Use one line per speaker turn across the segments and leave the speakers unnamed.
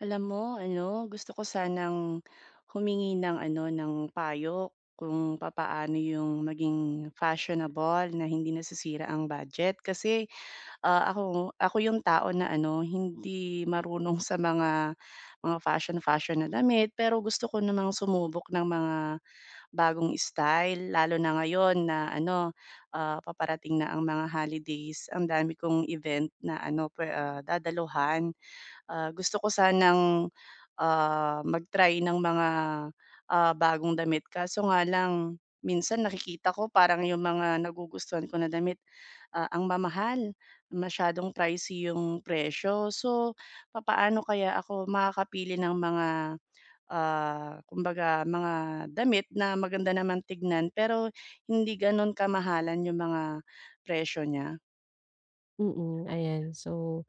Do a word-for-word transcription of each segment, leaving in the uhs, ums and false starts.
Alam mo ano, gusto ko sanang humingi ng ano, ng payo kung papaano yung maging fashionable na hindi nasisira ang budget. Kasi, ah, ako ako yung tao na ano, hindi marunong sa mga mga fashion-fashion na damit, pero gusto ko namang sumubok ng mga bagong style lalo na ngayon na ano, ah, paparating na ang mga holidays. Ang dami kong event na ano, pwe ah, dadaluhan. Ah, gusto ko sanang, ah, mag-try ng mga, ah, bagong damit kaso nga lang minsan nakikita ko parang yung mga nagugustuhan ko na damit, ah, ang mamahal, masyadong pricey yung presyo. So, papaano kaya ako makakapili ng mga, ah, kumbaga mga damit na maganda naman tignan pero hindi gano'n kamahalan yung mga presyo niya?
Mm, ayan. So,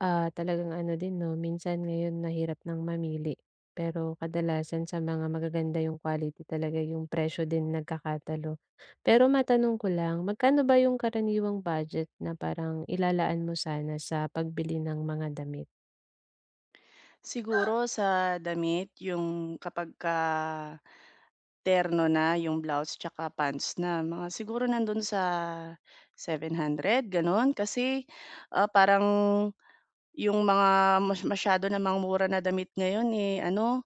ah, talagang ano din 'no, minsan ngayon nahirap ng mamili. Pero kadalasan sa mga magaganda yung quality talaga, yung presyo din nagkakatalo. Pero matanong ko lang, magkano ba yung karaniwang budget na parang ilalaan mo sana sa pagbili ng mga damit?
Siguro sa damit yung kapag ka terno na yung blouse tsaka pants na, mga siguro nandun sa seven hundred gano'n. Kasi, ah, parang yung mga mas masyado na mga mura na damit ngayon, eh, ano,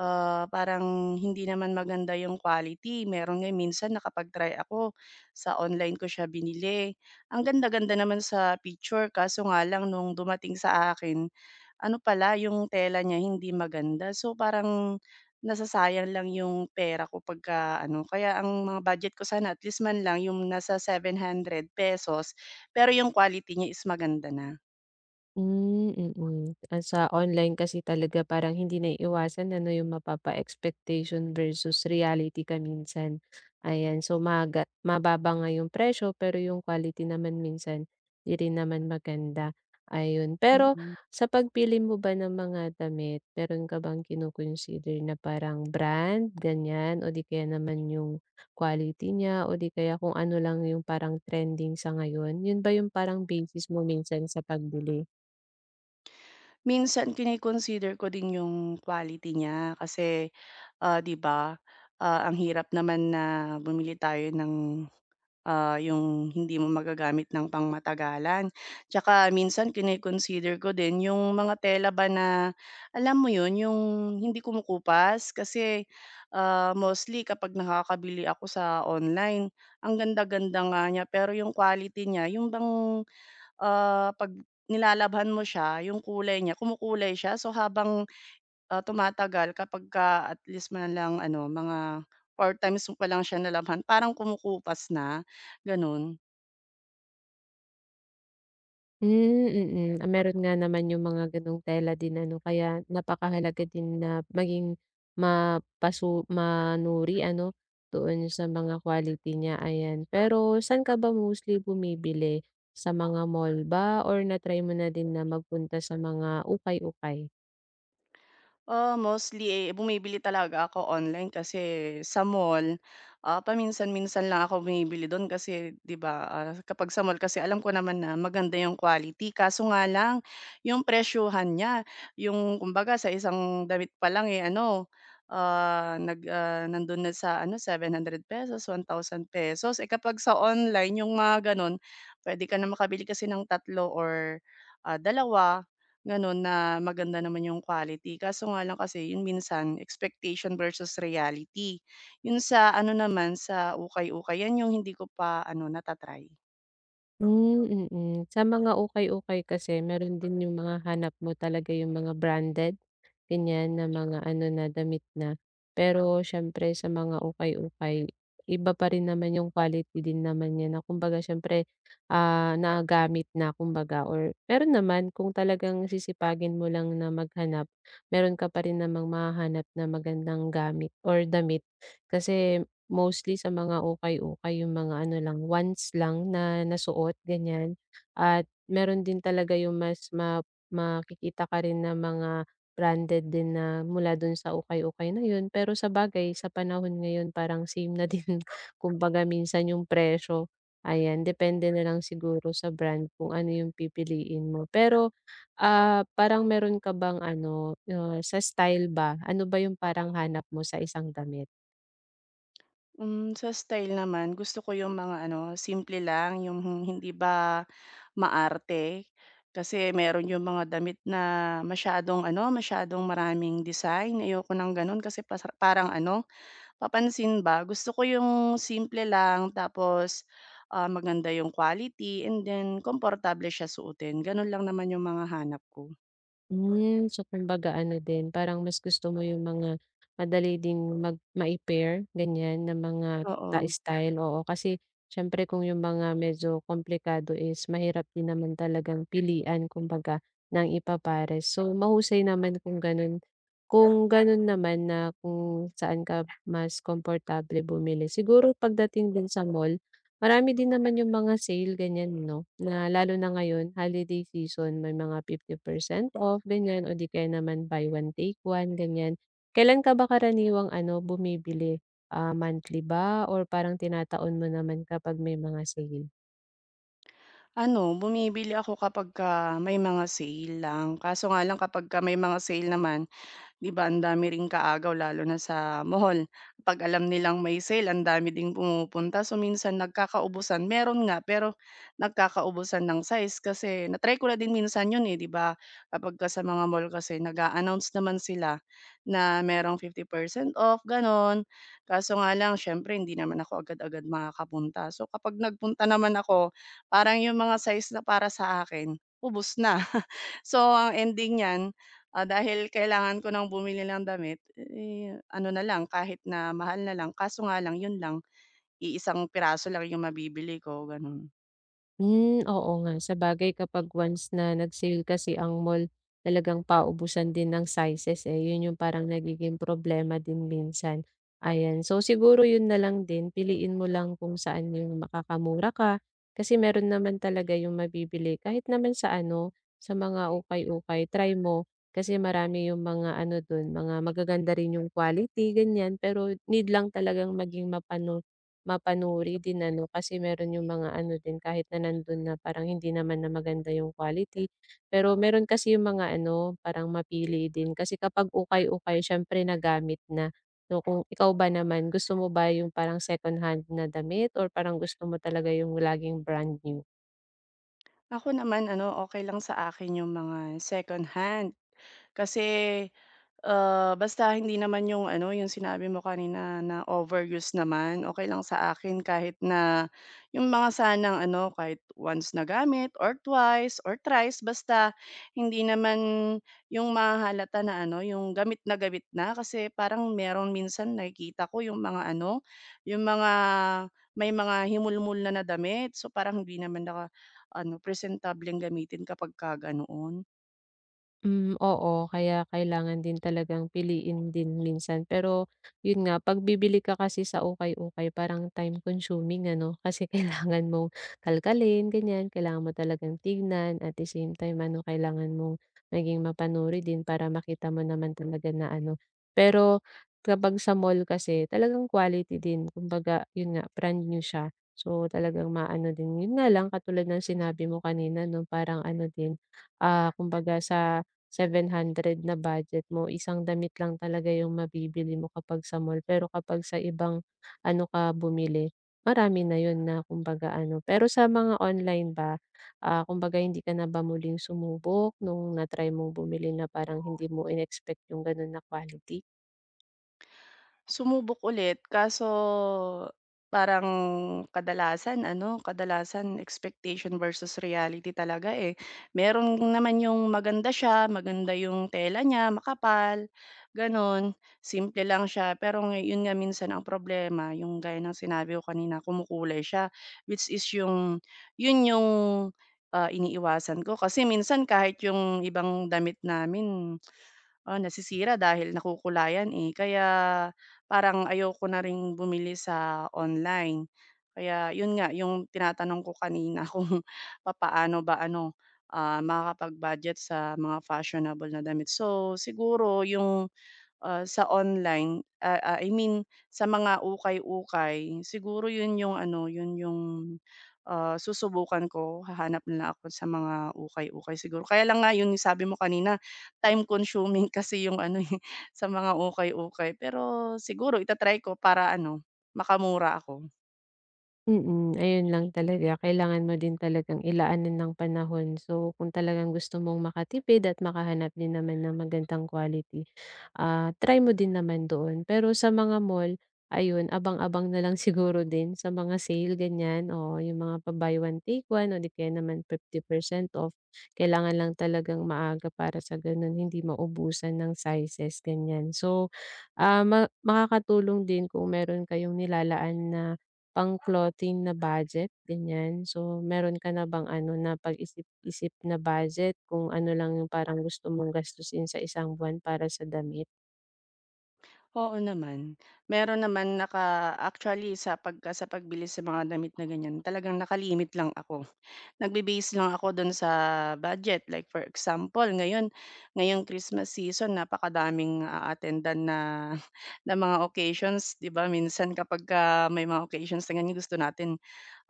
ah, parang hindi naman maganda yung quality. Meron nga minsan nakapag-try ako, sa online ko siya binili. Ang ganda-ganda naman sa picture kaso nga lang nung dumating sa akin ano pala yung tela niya hindi maganda, so parang nasasayang lang yung pera ko pagka ano, kaya ang mga budget ko sana at least man lang yung nasa seven hundred pesos, pero yung quality niya is maganda na.
Hmm, mm. Ah, sa online kasi talaga parang hindi naiiwasan ano, yung mapapa-expectation versus reality ka minsan. Ayan, so maga mababa nga yung presyo pero yung quality naman minsan di rin naman maganda, ayun. Pero
Mm.
sa pagpili mo ba ng mga damit, meron ka bang kino na parang brand, ganyan o di kaya naman yung quality niya o di kaya kung ano lang yung parang trending sa ngayon? Yun ba yung parang basis mo minsan sa pagbili?
Minsan kini-consider ko din yung quality niya kasi, ah, 'di ba, ah, ang hirap naman na bumili tayo ng ah, yung hindi mo magagamit ng pangmatagalan. Tsaka minsan kine-consider ko din yung mga tela ba na alam mo yun, yung hindi kumukupas kasi, ah, mostly kapag nakakabili ako sa online, ang ganda-ganda nga niya pero yung quality niya yung bang, ah, 'pag nilalabhan mo siya yung kulay niya, kumukulay siya so habang Ah, tumatagal kapagka at least man lang ano, mga four times mo pa lang siya nalaman parang kumukupas na, gano'n.
Hmm, mm. Ah, meron nga naman yung mga gano'ng tela din ano, kaya napakahalaga din na maging mapasu manuri ano, doon sa mga quality niya, ayan. Pero saan ka ba mostly bumibili? Sa mga mall ba or na-try mo na din na magpunta sa mga ukay-ukay?
Ah, mostly, eh, bumibili talaga ako online kasi sa mall, ah, paminsan-minsan lang ako bumibili do'n kasi 'di ba, ah, kapag sa mall kasi alam ko naman na maganda yung quality kaso nga lang yung presyuhan niya, yung kumbaga sa isang damit pa lang, eh, ano, ah, nag ah, nando'n na sa ano seven hundred pesos one thousand pesos. Eh, kapag sa online yung mga gano'n, puwede ka na makabili kasi ng tatlo or, ah, dalawa. Gano'n na maganda naman yung quality kaso nga lang kasi yun minsan expectation versus reality. Yun sa ano naman sa ukay-ukay, yan yung hindi ko pa ano nata-try.
Hmm, mm. Sa mga ukay-ukay kasi meron din yung mga hanap mo talaga yung mga branded, ganyan na mga ano na damit na. Pero siyempre sa mga ukay-ukay, iba pa rin naman yung quality din naman niya na kumbaga siyempre, ah, nagagamit na kumbaga or meron naman kung talagang sisipagin mo lang na maghanap, meron ka pa rin namang mahahanap na magandang gamit or damit. Kasi mostly sa mga ukay-ukay yung mga ano lang, once lang na nasuot ganyan at meron din talaga yung mas ma makikita ka rin na mga branded din na mula dun sa ukay-ukay na yun. Pero sabagay sa panahon ngayon parang same na din kumbaga minsan yung presyo, ayan depende na lang siguro sa brand kung ano yung pipiliin mo. Pero, ah, parang meron ka bang ano, ah, sa style ba, ano ba yung parang hanap mo sa isang damit?
Hmm, sa style naman gusto ko yung mga ano simple lang yung hindi ba maarte. Kasi meron yung mga damit na masyadong ano, masyadong maraming design, ayoko ng gano'n kasi pasa parang ano, papansin ba? Gusto ko yung simple lang tapos, ah, maganda yung quality and then komportable siya suotin, gano'n lang naman yung mga hanap ko.
Hmm, so kumbaga ano din, parang mas gusto mo yung mga madali ding mag mai-pair, ganyan na mga ta
Oo,
style, oo. Kasi siyempre kung yung mga medyo komplikado is mahirap din naman talagang pilian kumbaga ng ipapares. So mahusay naman kung ganun. Kung ganun naman na kung saan ka mas komportable bumili. Siguro pagdating din sa mall marami din naman yung mga sale ganyan 'no, na lalo na ngayon holiday season may mga fifty percent off ganyan o di kaya naman buy one take one ganyan. Kailan ka ba karaniwang ano bumibili, ah, monthly ba or parang tinataon mo naman kapag may mga sale?
ano, bumibili ako kapagka may mga sale lang, kaso nga lang kapagka may mga sale naman, 'di ba ang dami ring kaagaw lalo na sa mall. 'Pag alam nilang may sale ang dami ding pumupunta, so minsan nagkakaubusan. Meron nga, pero nagkakaubusan ng size kasi na-try ko na din minsan 'yun, eh, 'di ba? Kapagka sa mga mall kasi nag-a-announce naman sila na merong fifty percent off, gano'n. Kaso nga lang siyempre hindi naman ako agad-agad makakapunta. So kapag nagpunta naman ako, parang 'yung mga size na para sa akin ubos na. So ang ending niyan, Ah, dahil kailangan ko ng bumili ng damit, eh, ano na lang, kahit na mahal na lang kaso nga lang yun lang, iisang piraso lang yung mabibili ko, gano'n.
Hmm, oo nga. Sabagay kapag once na nag-sale kasi ang mall, talagang paubusan din ng sizes, eh. Yun yung parang nagiging problema din minsan, ayan. So, siguro yun na lang din, piliin mo lang kung saan yung makakamura ka. Kasi meron naman talaga yung mabibili kahit naman sa ano, sa mga ukay-ukay, try mo. Kasi marami yung mga ano dun, mga magaganda rin yung quality, ganyan. Pero need lang talagang maging mapano mapanuri din ano, kasi meron yung mga ano din kahit na nandun na parang hindi naman na maganda yung quality. Pero meron kasi yung mga ano, parang mapili din kasi kapag ukay-ukay siyempre nagamit na. So kung ikaw ba naman, gusto mo ba yung parang second hand na damit or parang gusto mo talaga yung laging brand new?
Ako naman ano, okay lang sa akin yung mga second hand. Kasi, ah, basta hindi naman yung ano, yung sinabi mo kanina na overuse naman, okay lang sa akin kahit na yung mga sanang ano, kahit once na gamit or twice or thrice, basta hindi naman yung mahalata na ano, yung gamit na gamit na. Kasi parang meron minsan nakikita ko yung mga ano, yung mga may mga himulmul na na damit. So, parang hindi naman ako ano, presentableng gamitin kapagka ganoon.
Hmm, oo. Kaya kailangan din talagang piliin din minsan. Pero yun nga, 'pag bibili ka kasi sa ukay-ukay parang time consuming ano, kasi kailangan mong kalkalin, ganyan. Kailangan mo talagang tignan at the same time ano, kailangan mong maging mapanuri din para makita mo naman talaga na ano. Pero kapag sa mall kasi talagang quality din. Kumbaga yun nga, brand new siya. So, talagang maano din. Yun nga lang, katulad ng sinabi mo kanina 'no, parang ano din, ah, kumbaga sa seven hundred na budget mo, isang damit lang talaga yung mabibili mo kapag sa mall. Pero kapag sa ibang ano ka bumili, marami na yun na kumbaga ano. Pero sa mga online ba, ah, kumbaga hindi ka na ba muling sumubok nung na-try mong bumili na parang hindi mo inexpect yung ganun na quality?
Sumubok ulit kaso parang kadalasan ano, kadalasan expectation versus reality talaga, eh. Meron naman yung maganda siya, maganda yung tela niya, makapal, gano'n. Simple lang siya pero nga yun nga minsan ang problema yung gaya ng sinabi ko kanina, kumukulay siya, which is yung yun yung, ah, iniiwasan ko kasi minsan kahit yung ibang damit namin ah, nasisira dahil nakukulayan, eh. Kaya parang ayoko na ring bumili sa online. Kaya yun nga, yung tinatanong ko kanina kung papaano ba ano, ah, makakapag-budget sa mga fashionable na damit. So siguro yung ah, sa online, ah ah, I mean sa mga ukay-ukay, siguro 'yun yung ano, 'yun yung, ah, susubukan ko, hahanap na lang ako sa mga ukay-ukay siguro. Kaya lang nga 'yun yung sabi mo kanina, time consuming kasi yung ano, eh, sa mga ukay-ukay. Pero siguro itatry ko para ano, makamura ako.
Mm, ayun lang talaga kailangan mo din talagang ilaanan ng panahon. So, kung talagang gusto mong makatipid at makahanap din naman ng magandang quality, ah, try mo din naman doon. Pero sa mga mall, ayun abang-abang na lang siguro din sa mga sale ganyan, o yung mga pa-buy one take one o di kaya naman fifty percent off. Kailangan lang talagang maaga para sa ganun hindi maubusan ng sizes ganyan. So, ah, ma makakatulong din kung meron kayong nilalaan na pang-clothing na budget, ganyan. So, meron ka na bang ano, na pag isip isip na budget kung ano lang yung parang gusto mong gastusin sa isang buwan para sa damit?
Oo naman, meron naman naka actually sa pagka sa pagbili sa mga damit na ganiyan, talagang nakalimit lang ako. Nagbe-base lang ako dun sa budget, like for example ngayon, ngayong Christmas season napakadaming a-attendan na na mga occasions. 'Di ba minsan kapagka may mga occasions na ganyan gusto natin,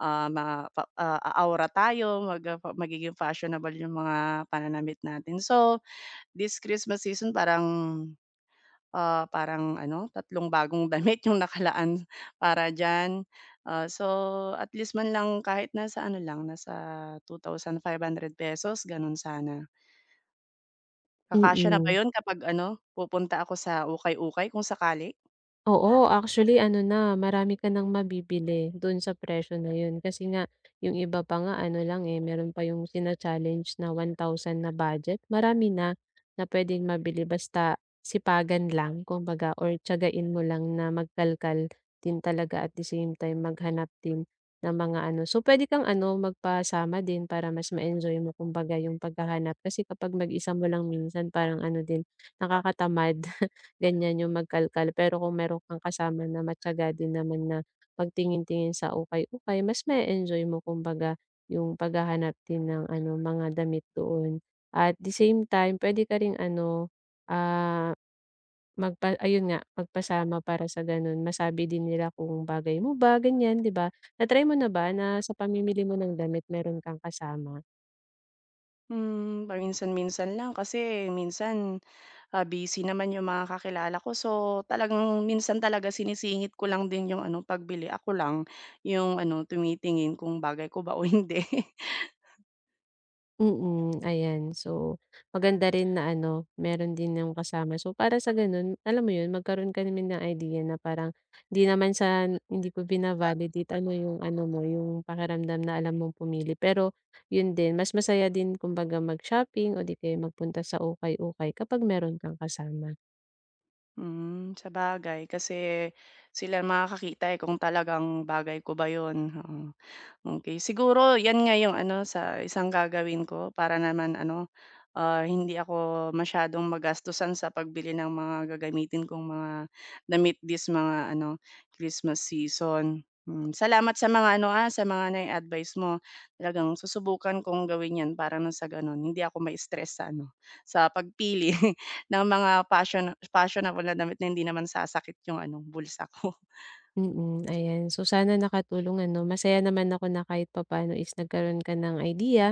ah, ma pa ah, aawra tayo mag ah, pa- magiging fashionable yung mga pananamit natin. So, this Christmas season parang ah, parang ano, tatlong bagong damit yung nakalaan para diyan. Ah, so at least man lang kahit nasa ano lang, nasa two thousand five hundred pesos gano'n sana. Kakasya na ba
Mm.
'yun kapag ano, pupunta ako sa ukay-ukay kung sakali?
Oo, actually ano na, marami ka ng mabibili doon sa presyo na yun kasi nga yung iba pa nga ano lang, eh, meron pa yung sina challenge na one thousand na budget. Marami na na puwedeng mabili basta sipagan lang kumbaga or tiyagain mo lang na magkalkal din talaga at the same time maghanap din ng mga ano so puwede kang ano, magpasama din para mas ma-enjoy mo kumbaga yung paghahanap kasi kapag mag-isa mo lang minsan parang ano din, nakakatamad. Ganyan yung magkalkal, pero kung meron kang kasama na matiyaga din naman na magtingin-tingin sa ukay-ukay, mas ma-e-enjoy mo kumbaga yung paghahanap din ng ano, mga damit doon. At the same time, pwede ka ring ano, ah, magpa ayun nga, magpasama para sa gano'n masabi din nila kung bagay mo ba, ganyan, 'di ba? Na-try mo na ba na sa pamimili mo ng damit meron kang kasama?
Hmm, paminsan-minsan lang kasi minsan, ah, busy naman yung mga kakilala ko so talagang minsan talaga sinisingit ko lang din yung ano pagbili, ako lang yung ano tumitingin kung bagay ko ba o hindi.
Mm, ayan. So, maganda rin na ano, meron din ng kasama. So, para sa gano'n, alam mo 'yun, magkaroon ka naman ng idea na parang hindi naman sa hindi ko bina-validate ano yung ano mo, yung pakiramdam na alam mong pumili. Pero 'yun din, mas masaya din kumbaga mag-shopping o di kaya magpunta sa ukay-ukay kapag meron kang kasama.
Hmm, bagay kasi sila makakakita, eh, kung talagang bagay ko ba 'yun, oo. Okey, siguro 'yan nga yung ano sa isang gagawin ko para naman ano, ah, hindi ako masyadong magastusan sa pagbili ng mga gagamitin kong mga damit this mga ano, Christmas season. Hmm, salamat sa mga ano, ah, sa mga nai-advice mo. Talagang susubukan kong gawin 'yan para nang sa gano'n hindi ako ma-stress sa ano, sa pagpili ng mga fashion fashionable na damit na hindi naman sasakit yung ano, bulsa ko.
Mm, ayan. So, sana nakatulong ano, masaya naman ako na kahit papaano is nagkaroon ka ng idea,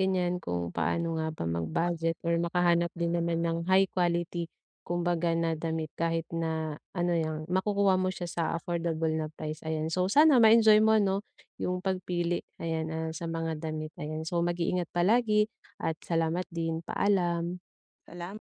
ganyan, kung paano nga ba mag-budget or makahanap din naman ng high quality kumbaga na damit kahit na ano 'yan, makukuha mo siya sa affordable na price, ayan. So, sana ma-enjoy mo 'no, yung pagpili, ayan, ah, sa mga damit, ayan. So, mag-iingat palagi at salamat din. Paalam.
Salam